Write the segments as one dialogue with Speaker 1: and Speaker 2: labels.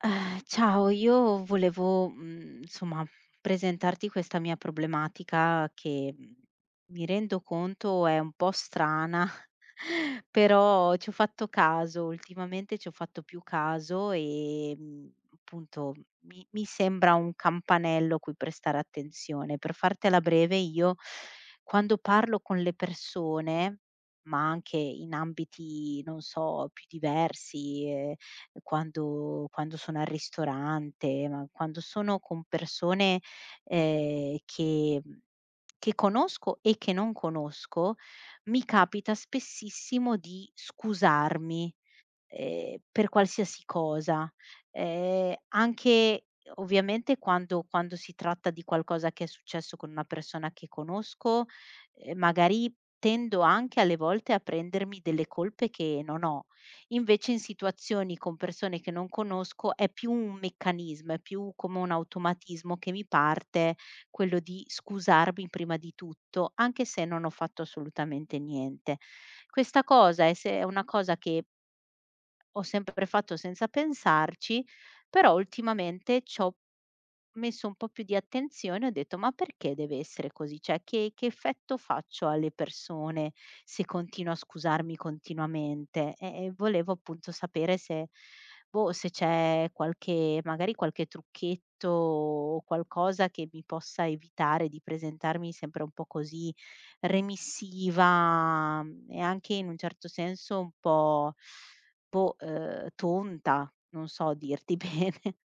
Speaker 1: Ciao, io volevo, insomma, presentarti questa mia problematica che, mi rendo conto è un po' strana, però ci ho fatto caso, ultimamente ci ho fatto più caso e, appunto mi sembra un campanello a cui prestare attenzione. Per fartela breve, io quando parlo con le persone, ma anche in ambiti, non so, più diversi, quando sono al ristorante, ma quando sono con persone, che che conosco e che non conosco, mi capita spessissimo di scusarmi per qualsiasi cosa. Anche ovviamente quando si tratta di qualcosa che è successo con una persona che conosco, magari tendo anche alle volte a prendermi delle colpe che non ho. Invece in situazioni con persone che non conosco è più un meccanismo, è più come un automatismo che mi parte, quello di scusarmi prima di tutto, anche se non ho fatto assolutamente niente. Questa cosa è se è una cosa che ho sempre fatto senza pensarci, però ultimamente c'ho messo un po' più di attenzione, ho detto: "Ma perché deve essere così? Cioè che effetto faccio alle persone se continuo a scusarmi continuamente?" E volevo appunto sapere se boh, se c'è qualche magari qualche trucchetto o qualcosa che mi possa evitare di presentarmi sempre un po' così remissiva, e anche in un certo senso un po' boh, tonta, non so dirti bene.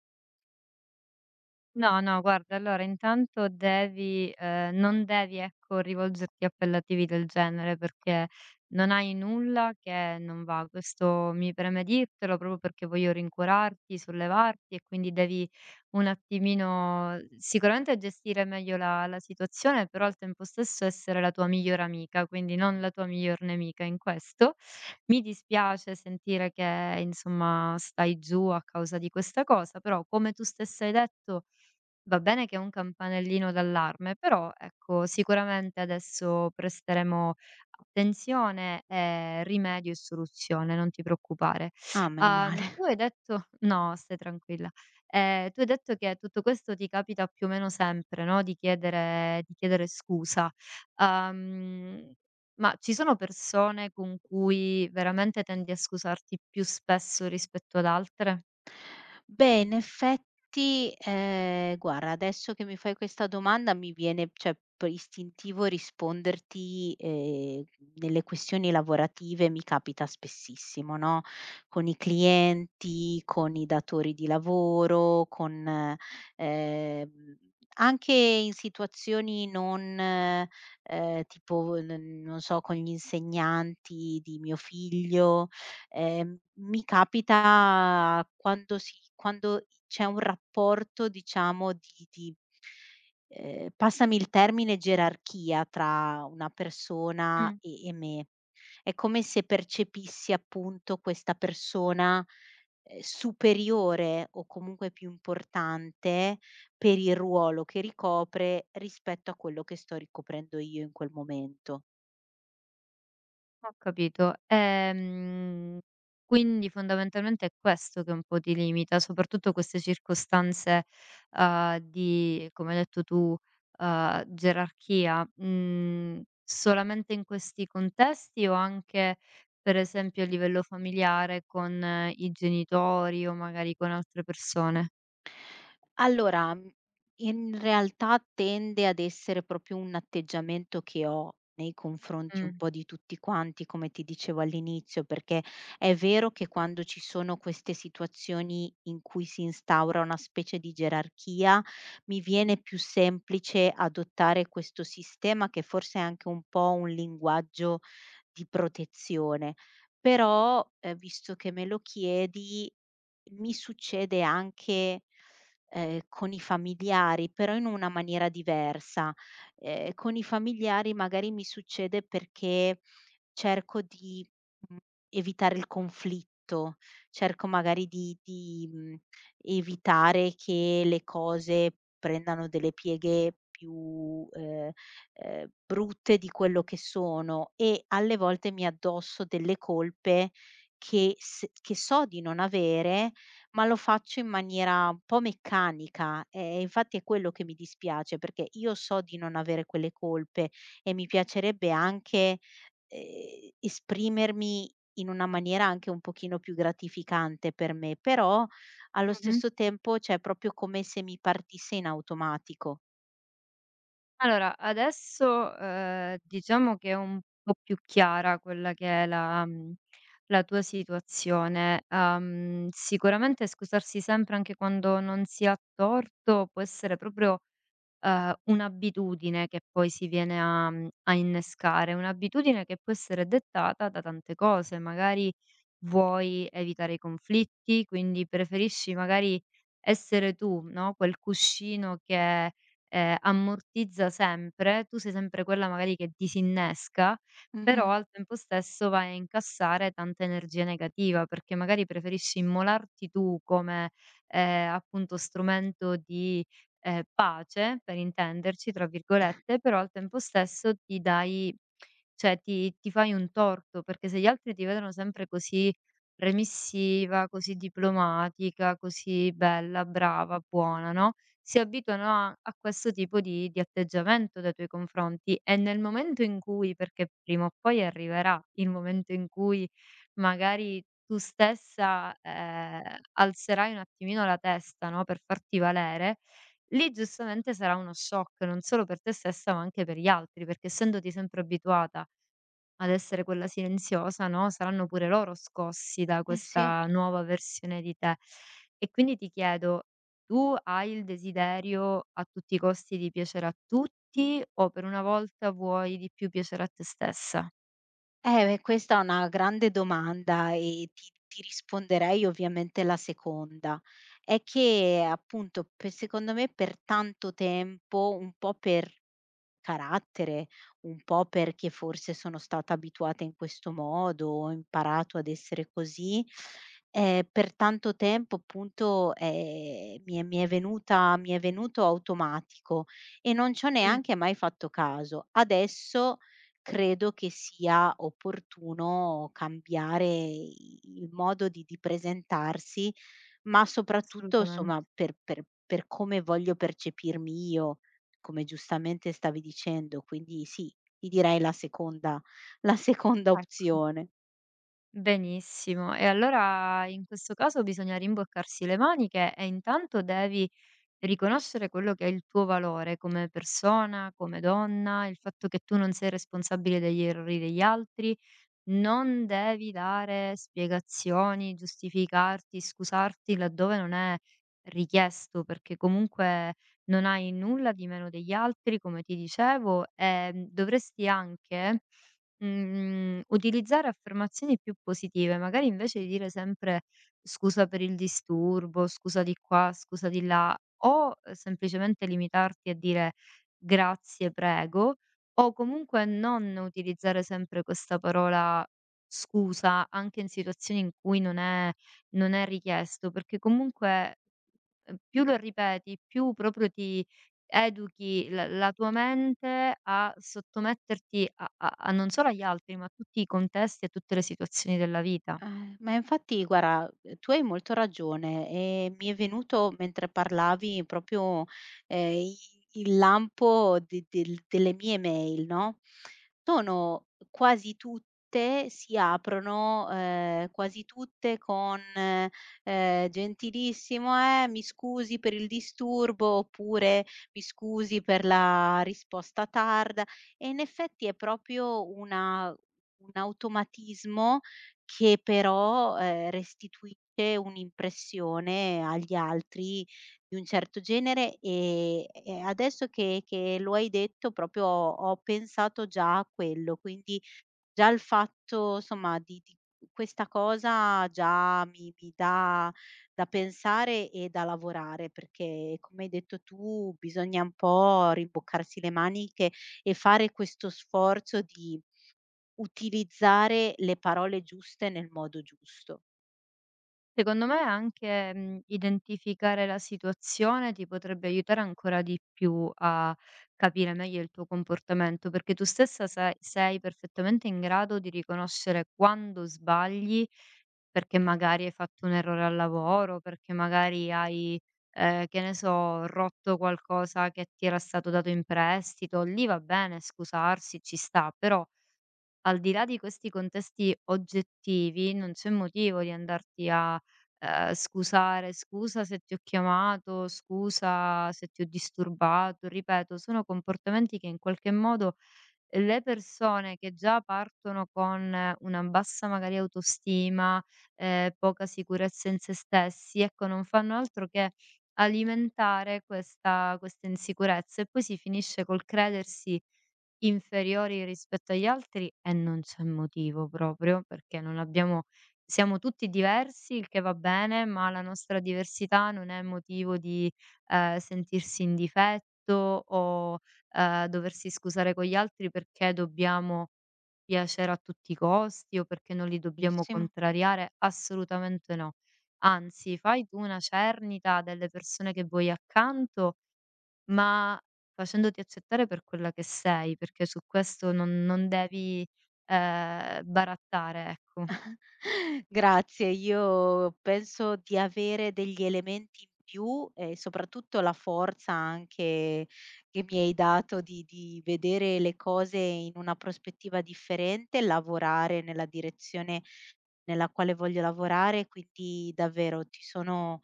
Speaker 2: No, no, guarda, allora intanto devi non devi, ecco, rivolgerti a appellativi del genere, perché non hai nulla che non va. Questo mi preme dirtelo proprio perché voglio rincuorarti, sollevarti, e quindi devi un attimino sicuramente gestire meglio la situazione, però al tempo stesso essere la tua migliore amica, quindi non la tua miglior nemica in questo. Mi dispiace sentire che, insomma, stai giù a causa di questa cosa, però come tu stessa hai detto, va bene che è un campanellino d'allarme, però ecco sicuramente adesso presteremo attenzione, rimedio e soluzione, non ti preoccupare.
Speaker 1: Ah, meno
Speaker 2: Tu
Speaker 1: male.
Speaker 2: hai detto no, stai tranquilla. Tu hai detto che tutto questo ti capita più o meno sempre, no, di chiedere scusa. Uhm, ma ci sono persone con cui veramente tendi a scusarti più spesso rispetto ad altre?
Speaker 1: Beh, in effetti, guarda adesso che mi fai questa domanda mi viene, cioè per istintivo risponderti, nelle questioni lavorative mi capita spessissimo, no, con i clienti, con i datori di lavoro, con ehm, anche in situazioni non tipo n non so, con gli insegnanti di mio figlio. Mi capita quando si quando c'è un rapporto diciamo di passami il termine, gerarchia tra una persona
Speaker 2: Mh.
Speaker 1: e me. È come se percepissi appunto questa persona, superiore o comunque più importante per il ruolo che ricopre rispetto a quello che sto ricoprendo io in quel momento.
Speaker 2: Ho capito. Quindi fondamentalmente è questo che un po' ti limita, soprattutto queste circostanze, di, come hai detto tu, gerarchia. Mhmm, solamente in questi contesti o anche, per esempio, a livello familiare con i genitori o magari con altre persone?
Speaker 1: Allora, in realtà tende ad essere proprio un atteggiamento che ho nei confronti un
Speaker 2: Mh.
Speaker 1: po' di tutti quanti, come ti dicevo all'inizio, perché è vero che quando ci sono queste situazioni in cui si instaura una specie di gerarchia, mi viene più semplice adottare questo sistema che forse è anche un po' un linguaggio di protezione. Però, visto che me lo chiedi mi succede anche, con i familiari, però in una maniera diversa. Con i familiari magari mi succede perché cerco di, mhmm, evitare il conflitto, cerco magari di, evitare che le cose prendano delle pieghe più, brutte di quello che sono e alle volte mi addosso delle colpe che so di non avere ma lo faccio in maniera un po' meccanica e infatti è quello che mi dispiace, perché io so di non avere quelle colpe e mi piacerebbe anche, esprimermi in una maniera anche un pochino più gratificante per me, però allo
Speaker 2: Mh-mh.
Speaker 1: stesso tempo, cioè, è proprio come se mi partisse in automatico.
Speaker 2: Allora, adesso, diciamo che è un po' più chiara quella che è la la tua situazione. Sicuramente scusarsi sempre anche quando non si ha torto può essere proprio un'abitudine che poi si viene a a innescare, un'abitudine che può essere dettata da tante cose. Magari vuoi evitare i conflitti, quindi preferisci magari essere tu, no, quel cuscino che, ammortizza sempre, tu sei sempre quella magari che disinnesca,
Speaker 1: Mh-mh.
Speaker 2: però al tempo stesso vai a incassare tanta energia negativa, perché magari preferisci immolarti tu come, appunto strumento di "pace", per intenderci, tra virgolette, però al tempo stesso ti dai, cioè ti fai un torto, perché se gli altri ti vedono sempre così remissiva, così diplomatica, così bella, brava, buona, no, si abituano a questo tipo di atteggiamento dai tuoi confronti e nel momento in cui, perché prima o poi arriverà il momento in cui magari tu stessa, alzerai un attimino la testa, no, per farti valere. Lì giustamente sarà uno shock, non solo per te stessa, ma anche per gli altri, perché essendoti sempre abituata ad essere quella silenziosa, no, saranno pure loro scossi da
Speaker 1: Eh sì.
Speaker 2: questa nuova versione di te. E quindi ti chiedo, tu hai il desiderio a tutti i costi di piacere a tutti o per una volta vuoi di più piacere a te stessa?
Speaker 1: Beh, questa è una grande domanda e ti risponderei ovviamente la seconda. È che appunto pe secondo me per tanto tempo, un po' per carattere, un po' perché forse sono stata abituata in questo modo, ho imparato ad essere così, per tanto tempo appunto, mi è venuto automatico e non ci ho
Speaker 2: Mh,
Speaker 1: neanche mai fatto caso. Adesso credo che sia opportuno cambiare i il modo di presentarsi, ma soprattutto
Speaker 2: assolutamente.
Speaker 1: insomma per come voglio percepirmi io, come giustamente stavi dicendo. Quindi sì, ti direi la seconda la seconda
Speaker 2: Ecco.
Speaker 1: opzione.
Speaker 2: Benissimo. E allora in questo caso bisogna rimboccarsi le maniche e intanto devi riconoscere quello che è il tuo valore come persona, come donna, il fatto che tu non sei responsabile degli errori degli altri, non devi dare spiegazioni, giustificarti, scusarti laddove non è richiesto, perché comunque non hai nulla di meno degli altri, come ti dicevo, e dovresti anche, utilizzare affermazioni più positive, magari invece di dire sempre: "Scusa per il disturbo, scusa di qua, scusa di là", o semplicemente limitarti a dire: "Grazie, prego". O comunque non utilizzare sempre questa parola scusa anche in situazioni in cui non è richiesto, perché comunque, più lo ripeti, più proprio ti educhi la tua mente a sottometterti a non solo agli altri, ma a tutti i contesti e a tutte le situazioni della vita.
Speaker 1: Ma infatti guarda, tu hai molto ragione e mi è venuto mentre parlavi proprio, i il lampo de del delle mie mail, no, sono quasi tutte si aprono, quasi tutte con, "Gentilissimo, mi scusi per il disturbo" oppure "Mi scusi per la risposta tarda" e in effetti è proprio una un automatismo che però, restituisce un'impressione agli altri di un certo genere, e adesso che lo hai detto proprio ho pensato già a quello, quindi già il fatto somma di questa cosa già mi dà da pensare e da lavorare, perché come hai detto tu bisogna un po' rimboccarsi le maniche e fare questo sforzo di utilizzare le parole giuste nel modo giusto.
Speaker 2: Secondo me anche, identificare la situazione ti potrebbe aiutare ancora di più a capire meglio il tuo comportamento, perché tu stessa sai, sei perfettamente in grado di riconoscere quando sbagli, perché magari hai fatto un errore al lavoro, perché magari hai, che ne so, rotto qualcosa che ti era stato dato in prestito. Lì va bene scusarsi, ci sta, però al di là di questi contesti oggettivi, non c'è motivo di andarti a, scusare: "Scusa se ti ho chiamato, scusa se ti ho disturbato." Ripeto, sono comportamenti che in qualche modo le persone che già partono con una bassa magari autostima, poca sicurezza in se stessi, ecco, non fanno altro che alimentare questa insicurezza e poi si finisce col credersi inferiori rispetto agli altri, e non c'è motivo proprio, perché non abbiamo, siamo tutti diversi, il che va bene, ma la nostra diversità non è motivo di, sentirsi in difetto o doversi scusare con gli altri perché dobbiamo piacere a tutti i costi o perché non li dobbiamo
Speaker 1: Benissimo.
Speaker 2: contrariare, assolutamente no. Anzi, fai tu una cernita delle persone che vuoi accanto, ma facendoti accettare per quella che sei, perché su questo non devi, barattare, ecco.
Speaker 1: Grazie, io penso di avere degli elementi in più e soprattutto la forza anche che mi hai dato di vedere le cose in una prospettiva differente, lavorare nella direzione nella quale voglio lavorare, quindi davvero ti sono,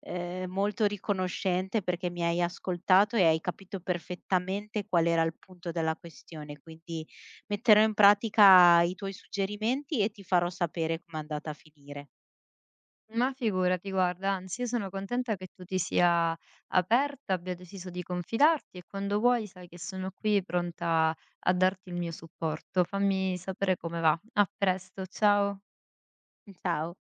Speaker 1: molto riconoscente perché mi hai ascoltato e hai capito perfettamente qual era il punto della questione, quindi metterò in pratica i tuoi suggerimenti e ti farò sapere com'è andata a finire.
Speaker 2: Ma figurati, guarda, anzi, io sono contenta che tu ti sia aperta, abbia deciso di confidarti, e quando vuoi sai che sono qui pronta a darti il mio supporto. Fammi sapere come va. A presto, ciao.
Speaker 1: Ciao.